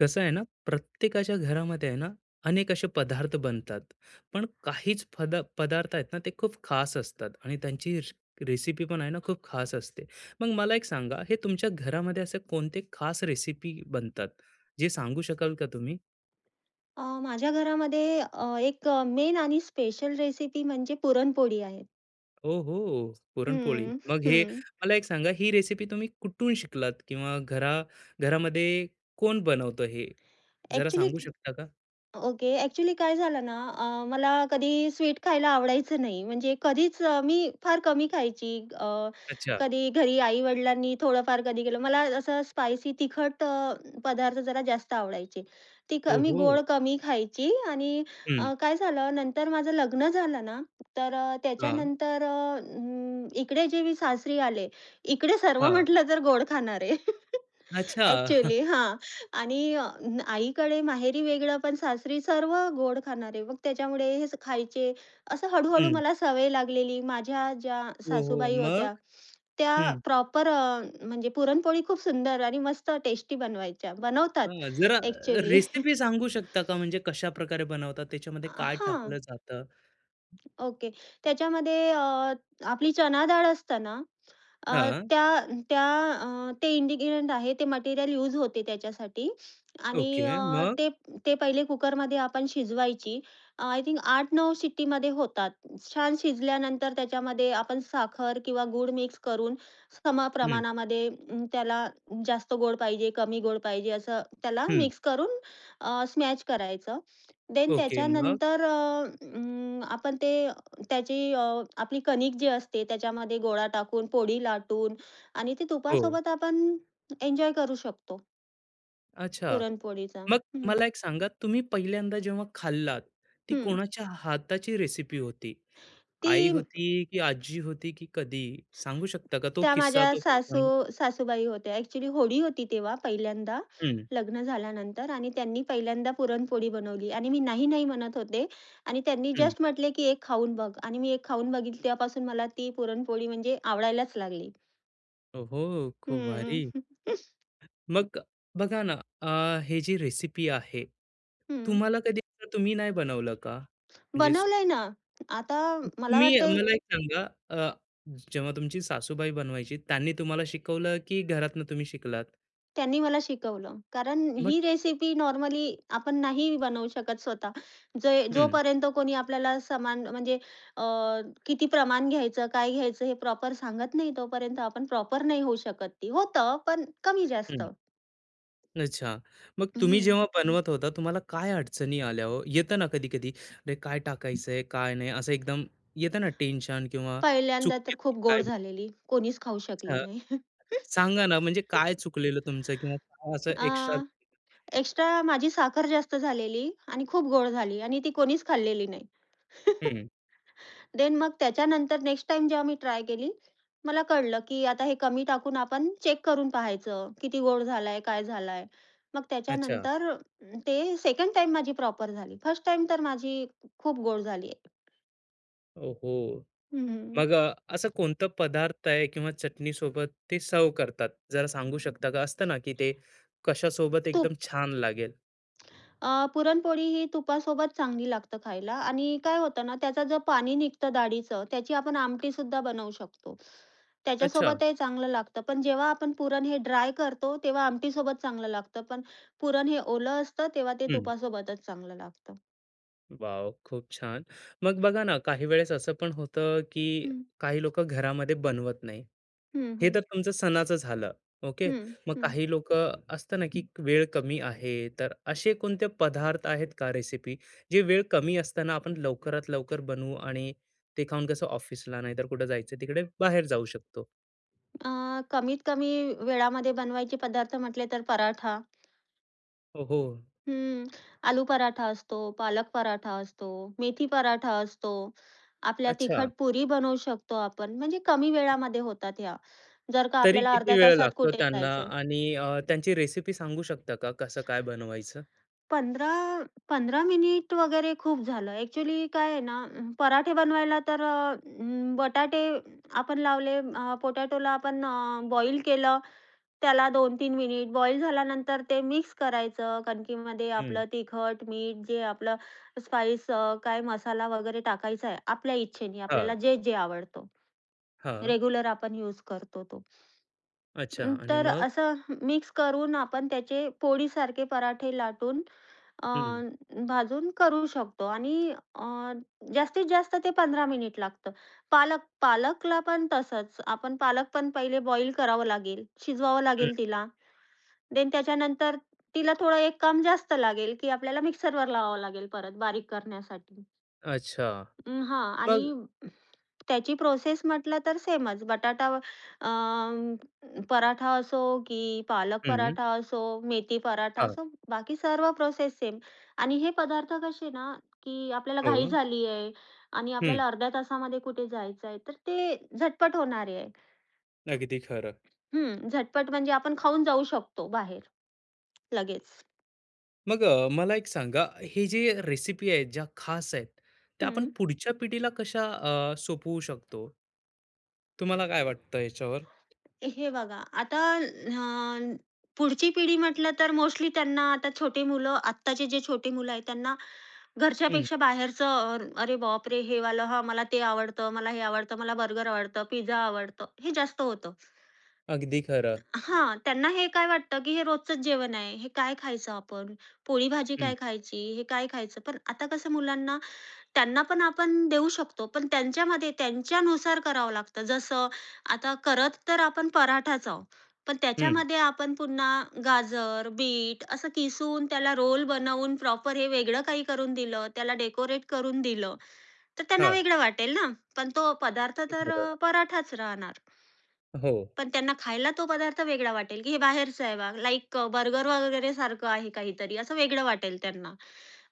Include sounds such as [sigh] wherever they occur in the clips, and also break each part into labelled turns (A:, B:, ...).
A: कसं आहे ना, प्रत्येकाच्या घरामध्ये आहे ना, अनेक असे पदार्थ बनतात. पण काहीच पदार्थ आहेत ना, ते खूप खास असतात आणि त्यांची रेसिपी पण आहे ना, खूप खास असते. मग मला एक सांगा, हे तुमच्या घरामध्ये असे कोणते खास रेसिपी बनतात, जे सांगू शकाल का तुम्ही?
B: माझ्या घरामध्ये एक मेन आणि स्पेशल रेसिपी म्हणजे पुरणपोळी आहे.
A: ओहो! पुरणपोळी.
B: हं,
A: मग हे
B: हं.
A: मला एक सांगा, ही रेसिपी तुम्ही कुठून शिकलात किंवा घरामध्ये कोण बनवतं हे? जरा
B: ॲक्चुअली
A: सांगू शकता का?
B: ओके. ॲक्चुअली काय झालं ना, मला कधी स्वीट खायला आवडायचं नाही. म्हणजे कधीच मी फार कमी खायची. अ,
A: अच्छा.
B: कधी घरी आई-वडिलांनी थोडंफार कधी केलं. मला असं स्पायसी तिखट पदार्थ जरा जास्त आवडायचे. मी
A: ओहो!
B: गोड कमी खायची आणि
A: हं.
B: काय झालं नंतर माझं लग्न झालं ना, तर
A: हां,
B: त्याच्यानंतर इकडे जे मी सासरी आले, इकडे सर्व
A: हां.
B: म्हटलं तर गोड खाणारे. [laughs]
A: अच्छा.
B: ॲक्चुअली
A: [laughs]
B: हां. आणि आईकडे माहेरी वेगळं, पण सासरी सर्व गोड खाणारे. मग त्याच्यामुळे खायचे. असं हळू-हळू
A: हं.
B: मला सवय लागलेली. माझ्या ज्या
A: हो, हो.
B: सासूबाई
A: मग?
B: होत्या, त्या
A: हं.
B: प्रॉपर म्हणजे पुरणपोळी खूप सुंदर आणि मस्त टेस्टी बनवायच्या. बनवतात
A: जरा
B: ॲक्चुअली.
A: रेसिपी सांगू शकता का? म्हणजे कशा प्रकारे बनवतात? त्याच्यामध्ये काय टाकलं
B: हां. [laughs]
A: जातं?
B: ओके. त्याच्यामध्ये आपली चणा डाळ असते. अ,
A: हां.
B: त्या त्या अ, ते इन्ग्रीडियंट आहे, ते मटेरियल यूज होते त्याच्यासाठी आणि
A: ओके.
B: अ,
A: मग?
B: ते ते पहिले कुकरमध्ये आपण शिजवायची. आय थिंक 8-9 शिट्टीमध्ये होतात. छान शिजल्यानंतर त्याच्यामध्ये आपण साखर किंवा गूळ मिक्स करून
A: हं,
B: समप्रमाणामध्ये, त्याला जास्त गोड पाहिजे, कमी गोड पाहिजे असं त्याला
A: हं.
B: मिक्स करून स्मॅश करायचं. Then
A: okay. मग?
B: त्याच्यानंतर आपण ते, त्याची अ, आपली कणिक जी असते त्याच्यामध्ये गोळा टाकून, पोळी लाटून आणि ती
A: हो.
B: तुपासोबत आपण एन्जॉय करू शकतो
A: अच्छा.
B: पुरणपोळीचा.
A: मग
B: हं,
A: मला एक सांगा, तुम्ही पहिल्यांदा जेव्हा खाल्लात, ती
B: हं.
A: कोणाच्या हाताची रेसिपी होती?
B: ती
A: आई होती की आजी होती की कधी? सांगू शकता का तो
B: त्या
A: किस्सा,
B: माझ्या
A: तो
B: सासू
A: प्रसंग?
B: सासूबाई होत्या. ॲक्चुअली होळी होती तेव्हा पहिल्यांदा,
A: हं,
B: लग्न झाल्यानंतर आणि त्यांनी पहिल्यांदा पुरणपोळी बनवली आणि मी नाही, नाही म्हणत होते आणि त्यांनी
A: हं.
B: जस्ट म्हटले, की "एक खाऊन बघ" आणि मी एक खाऊन बघितली. तेव्हापासून मला ती पुरणपोळी म्हणजे आवडायलाच लागली.
A: ओहो! खूप
B: हं.
A: भारी.
B: [laughs]
A: मग बघा ना, हे जी रेसिपी आहे,
B: हं.
A: तुम्हाला कधी असं तुम्ही नाही बनवलं का? म्हणजे
B: बनवलंय ना. आता मला
A: तुम्ही
B: वाटतंय
A: मला एक सांगा, जेव्हा तुमची सासूबाई बनवायची, त्यांनी तुम्हाला शिकवलं की घरातनं तुम्ही शिकलात?
B: त्यांनी मला शिकवलं. कारण
A: मग
B: ही रेसिपी नॉर्मली आपण नाही बनवू शकत स्वतः. जे
A: हं,
B: जोपर्यंत कोणी आपल्याला समान म्हणजे अ, किती प्रमाण घ्यायचं, काय घ्यायचं हे प्रॉपर सांगत नाही, तोपर्यंत आपण प्रॉपर नाही होऊ शकत ती. होतं, पण कमी जास्त.
A: हं. अच्छा. मग तुम्ही
B: हं.
A: जेव्हा बनवत होता, तुम्हाला काय अडचणी आल्या हो? येतं ना कधी-कधी, "अरे, काय टाकायचंय, काय नाही?" असं एकदम येतं ना टेन्शन किंवा
B: पहिल्यांदा
A: चुकली
B: तर खूप गोड
A: काय?
B: झालेली. कोणीच खाऊ शकले
A: अं,
B: नाही.
A: सांगा ना, म्हणजे
B: [laughs]
A: काय चुकलेलं तुमचं किंवा काय असं एक्स्ट्रा?
B: एक्स्ट्रा माझी साखर जास्त झालेली आणि खूप गोड झाली आणि ती कोणीच खाल्लेली नाही. देन मग त्याच्यानंतर नेक्स्ट टाइम जेव्हा मी ट्राय केली, मला कळलं, की आता हे कमी टाकून आपण चेक करून पाहायचं, किती गोड झालाय, काय झालाय? मग
A: अच्छा.
B: त्याच्यानंतर ते सेकंड टाईम माझी प्रॉपर झाली. फर्स्ट टाईम तर माझी खूप गोड झाली.
A: ओहो!
B: हं,
A: मग असं कोणतं पदार्थ आहे किंवा चटणीसोबत ते सर्व्ह करतात? जरा सांगू शकता का? असतं ना, की ते कशासोबत
B: तूप.
A: एकदम छान लागेल?
B: पुरणपोळी ही तुपासोबत चांगली लागतं खायला आणि काय होतं ना, त्याचं जे पाणी निघतं डाळीचं, त्याची आपण आमटीसुद्धा बनवू शकतो.
A: अच्छा.
B: त्याच्यासोबतही चांगलं लागतं. पण जेव्हा आपण पुरण हे ड्राय करतो, तेव्हा आमटीसोबत चांगलं लागतं. पण पुरण हे ओलं असतं, तेव्हा ते
A: हं.
B: तुपासोबतच चांगलं लागतं.
A: वॉव! खूप छान. मग बघा ना, काही वेळेस असं पण होतं, की
B: हं.
A: काही लोकं घरामध्ये बनवत नाही.
B: हं,
A: हे
B: हं.
A: तर तुमचं सणाचं झालं, ओके.
B: हं,
A: मग
B: हं.
A: काही लोकं असतं ना, की वेळ कमी आहे, तर असे कोणते पदार्थ आहेत का रेसिपी, जे वेळ कमी असताना आपण लवकरात लवकर बनवू आणि ते खाऊन कसं ऑफिसला नाहीतर कुठं जायचं तिकडे बाहेर जाऊ शकतो?
B: कमीत कमी वेळामध्ये बनवायचे पदार्थ म्हटले तर पराठा.
A: ओहो!
B: हं. आलू पराठा असतो, पालक पराठा असतो, मेथी पराठा असतो. आपल्या
A: अच्छा.
B: तिखट पुरी बनवू शकतो आपण. म्हणजे कमी वेळामध्ये होतात ह्या. जर का
A: तरी
B: आपल्याला
A: किती
B: अर्ध्या
A: वेळ
B: तासात
A: लागतो
B: कुठे
A: त्यांना
B: जायचंय.
A: आणि त्यांची रेसिपी सांगू शकता का, कसं काय बनवायचं?
B: 15-15 मिनिट वगैरे खूप झालं. ॲक्चुअली काय आहे ना, पराठे बनवायला तर बटाटे आपण लावले, पोटॅटोला आपण बॉईल केलं, त्याला 2 तीन मिनिट बॉईल झाल्यानंतर ते मिक्स करायचं. कणकीमध्ये
A: हं.
B: आपलं तिखट, मीठ जे आपलं स्पाइस, काय मसाला वगैरे टाकायचा आहे, आपल्या इच्छेने
A: हां,
B: आपल्याला जे-जे आवडतो.
A: हां.
B: रेग्युलर आपण यूज करतो तो.
A: अच्छा आणि
B: तर
A: मग?
B: असं मिक्स करून आपण त्याचे पोळीसारखे पराठे लाटून अ,
A: हं,
B: भाजून करू शकतो आणि अ, जास्तीत जास्त ते 15 मिनिट लागतं. पालकला पण तसंच. आपण पालक पण पहिले बॉईल करावं लागेल, शिजवावं
A: हं.
B: लागेल तिला. देन त्याच्यानंतर तिला थोडं एक काम जास्त लागेल, की आपल्याला मिक्सरवर लावावं लागेल परत बारीक करण्यासाठी.
A: अच्छा.
B: हां आणि
A: मग
B: त्याची प्रोसेस म्हटलं तर सेमच. बटाटा अ, पराठा असो, की पालक
A: हं.
B: पराठा असो, मेथी पराठा
A: हां.
B: असो, बाकी सर्व प्रोसेस सेम. आणि हे पदार्थ कसे ना, की आपल्याला घाई
A: हो.
B: झाली आहे आणि
A: हं.
B: आपल्याला अर्ध्या तासामध्ये कुठे जायचं आहे, तर ते झटपट होणारे आहे.
A: अगदी खरं.
B: हं, झटपट म्हणजे आपण खाऊन जाऊ शकतो बाहेर लगेच.
A: मग मला एक सांगा, हे जे रेसिपी आहेत, ज्या खास आहेत, त्या आपण
B: हं.
A: पुढच्या पिढीला कशा सोपवू शकतो? तुम्हाला काय वाटतं याच्यावर?
B: हे बघा, आता पुढची पिढी म्हटलं तर मोस्टली त्यांना, आता छोटे मुलं, आत्ताचे जे छोटे मुलं आहेत त्यांना
A: हं.
B: घरच्यापेक्षा बाहेरचं "अरे बापरे! हे वालं हां, मला ते आवडतं, मला हे आवडतं, मला बर्गर आवडतं, पिझ्झा आवडतं." हे जास्त होतं.
A: अगदी खरं.
B: हां, त्यांना हे काय वाटतं, की हे रोजचंच जेवण आहे. हे काय खायचं आपण? पोळी भाजी
A: हं,
B: काय खायची? हे काय खायचं? पण आता कसं मुलांना त्यांना पण आपण देऊ शकतो. पण त्यांच्यामध्ये त्यांच्यानुसार करावं लागतं. जसं आता करत तर आपण पराठाच आहोत. पण
A: हं.
B: त्याच्यामध्ये आपण पुन्हा गाजर, बीट असं किसून त्याला रोल बनवून प्रॉपर हे वेगळं काही करून दिलं, त्याला डेकोरेट करून दिलं, तर त्यांना
A: हां.
B: वेगळं वाटेल ना. पण तो पदार्थ
A: अगदी
B: तर
A: खरं.
B: पराठाच राहणार.
A: हो.
B: पण त्यांना खायला तो पदार्थ वेगळा वाटेल, की हे बाहेरचं आहे बा लाइक बर्गर वगैरे सारखं आहे काहीतरी, असं वेगळं वाटेल त्यांना.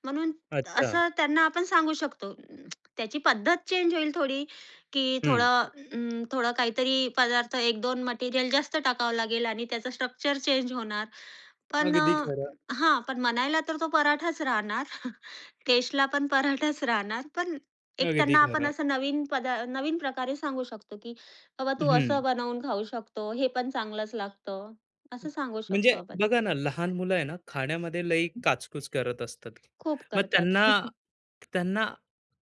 B: म्हणून
A: अच्छा.
B: असं त्यांना आपण सांगू शकतो. त्याची पद्धत चेंज होईल थोडी, की
A: हं.
B: थोडं थोडं काहीतरी पदार्थ 1-2 मटेरियल जास्त टाकावं लागेल आणि त्याचं स्ट्रक्चर चेंज होणार. पण
A: अगदी खरं,
B: हां, पण म्हणायला तर तो पराठाच राहणार. [laughs] टेस्टला पण पराठाच राहणार. पण एक
A: अगदी
B: त्यांना आपण
A: खरं.
B: असं नवीन प्रकारे सांगू शकतो, की "बाबा, तू
A: हं.
B: असं बनवून खाऊ शकतो. हे पण चांगलंच लागतं." असं सांगू
A: म्हणजे
B: शकतो आपण.
A: बघा ना, लहान मुलं आहे ना, खाण्यामध्ये लई काचकूच करत असतात.
B: खूप
A: मग
B: करतात.
A: त्यांना
B: [laughs]
A: त्यांना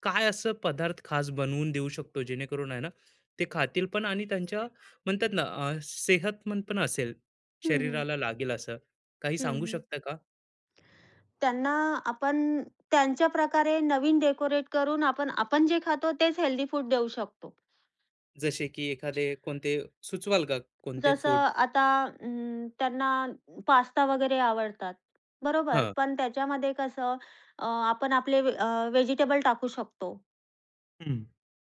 A: काय असं पदार्थ खास बनवून देऊ शकतो, जेणेकरून आहे ना, ते खातील पण आणि त्यांच्या म्हणतात ना, सेहतमंद पण असेल,
B: हं, हं.
A: शरीराला लागेल असं. काही
B: हं,
A: सांगू
B: हं.
A: शकता का?
B: त्यांना आपण त्यांच्या प्रकारे नवीन डेकोरेट करून, आपण आपण जे खातो तेच हेल्दी फूड देऊ शकतो.
A: जसे की एखादे कोणते सुचवाल का कोणते
B: जसं
A: फूड?
B: आता, त्यांना पास्ता वगैरे आवडतात, बरोबर.
A: हां,
B: पण त्याच्यामध्ये कसं आपण आपले व्हेजिटेबल टाकू शकतो.
A: हं.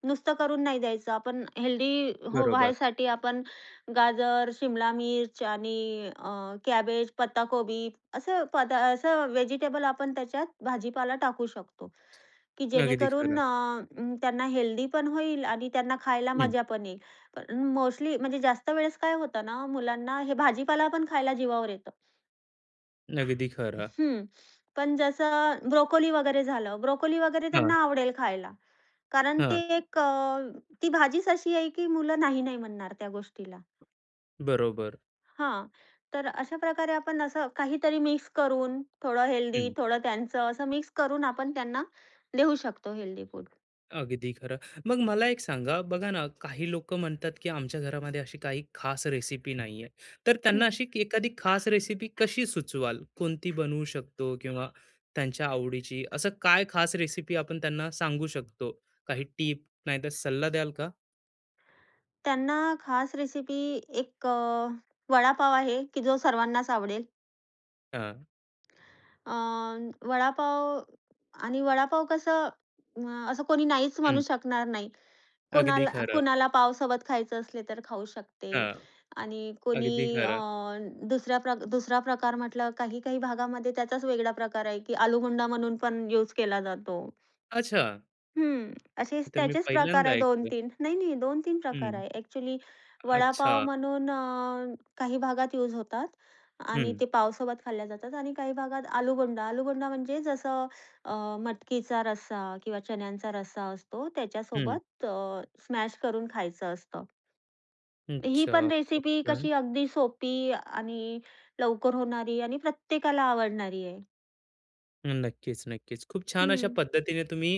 B: नुसतं करून नाही द्यायचं. आपण हेल्दी हो
A: बरोबर.
B: व्हायसाठी आपण गाजर, शिमला मिर्च आणि कॅबेज, पत्ताकोबी असं पदा असं व्हेजिटेबल आपण त्याच्यात भाजीपाला टाकू शकतो, की
A: अगदी
B: जेणेकरून
A: खरं.
B: त्यांना हेल्दी पण होईल आणि त्यांना खायला
A: हं,
B: मजा पण येईल. पण मोस्टली म्हणजे जास्त वेळेस काय होतं ना, मुलांना हे भाजीपाला पण खायला जीवावर येतं.
A: अगदी खरं.
B: हं. पण जसं ब्रोकोली वगैरे झालं, ब्रोकोली वगैरे
A: हां,
B: त्यांना आवडेल खायला. कारण ते
A: हां,
B: एक ती भाजीच अशी आहे, की मुलं नाही, नाही म्हणणार त्या गोष्टीला.
A: बरोबर.
B: हां, तर अशा प्रकारे आपण असं काहीतरी मिक्स करून, थोडं हेल्दी, थोडं त्यांचं, असं मिक्स करून आपण त्यांना देऊ शकतो हेल्दी फूड.
A: अगदी खरं. मग मला एक सांगा, बघा ना, काही लोकं म्हणतात, की आमच्या घरामध्ये अशी काही खास रेसिपी नाहीये. तर त्यांना
B: हं.
A: अशी एखादी खास रेसिपी कशी सुचवाल? कोणती बनवू शकतो किंवा त्यांच्या आवडीची? असं काय खास रेसिपी आपण त्यांना सांगू शकतो? काही टिप नाहीतर सल्ला द्याल का?
B: त्यांना खास रेसिपी एक वडापाव आहे, की जो सर्वांनाच आवडेल.
A: हां.
B: अ, वडापाव आणि वडापाव कसं, असं कोणी नाहीच म्हणू
A: हं,
B: शकणार नाही.
A: अगदी
B: कोणाला
A: खरं.
B: कोणाला पावसोबत खायचं असले तर खाऊ शकते
A: हां,
B: आणि कोणी
A: अगदी खरं.
B: दुसऱ्या प्र दुसरा प्रकार म्हटलं, काही-काही भागामध्ये त्याचाच वेगळा प्रकार आहे, की आलूगुंडा म्हणून पण यूज केला जातो.
A: अच्छा,
B: हं,
A: हे
B: असेच
A: तर मी
B: त्याचेच प्रकार
A: पहिल्यांदा
B: आहे.
A: ऐकतोय.
B: 2-3 नाही, नाही 2-3 प्रकार
A: हं,
B: आहे. ॲक्चुअली
A: अच्छा.
B: वडापाव म्हणून काही भागात यूज होतात आणि
A: हं,
B: ते पावसोबत खाल्ल्या जातात आणि काही भागात आलूबोंडा. आलूबोंडा म्हणजे जसं अ, मटकीचा रस्सा किंवा चण्यांचा रस्सा असतो,
A: हं.
B: त्याच्यासोबत स्मॅश करून खायचं असतं. ही
A: अच्छा.
B: पण
A: खूप
B: रेसिपी
A: छान.
B: कशी अगदी सोपी आणि लवकर होणारी आणि प्रत्येकाला आवडणारी आहे.
A: नक्कीच, नक्कीच. खूप छान अशा
B: हं,
A: पद्धतीने तुम्ही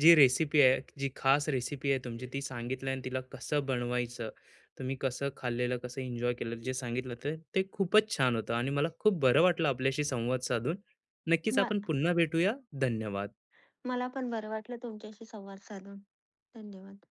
A: जी रेसिपी आहे, जी खास रेसिपी आहे तुमची ती सांगितली आणि तिला कसं बनवायचं, तुम्ही कसं खाल्लेलं, कसं एन्जॉय केलं जे सांगितलं ते ते खूपच छान होतं आणि मला खूप बरं वाटलं आपल्याशी संवाद साधून. नक्कीच
B: म
A: आपण पुन्हा भेटूया. धन्यवाद.
B: मला पण बरं वाटलं तुमच्याशी संवाद साधून. धन्यवाद.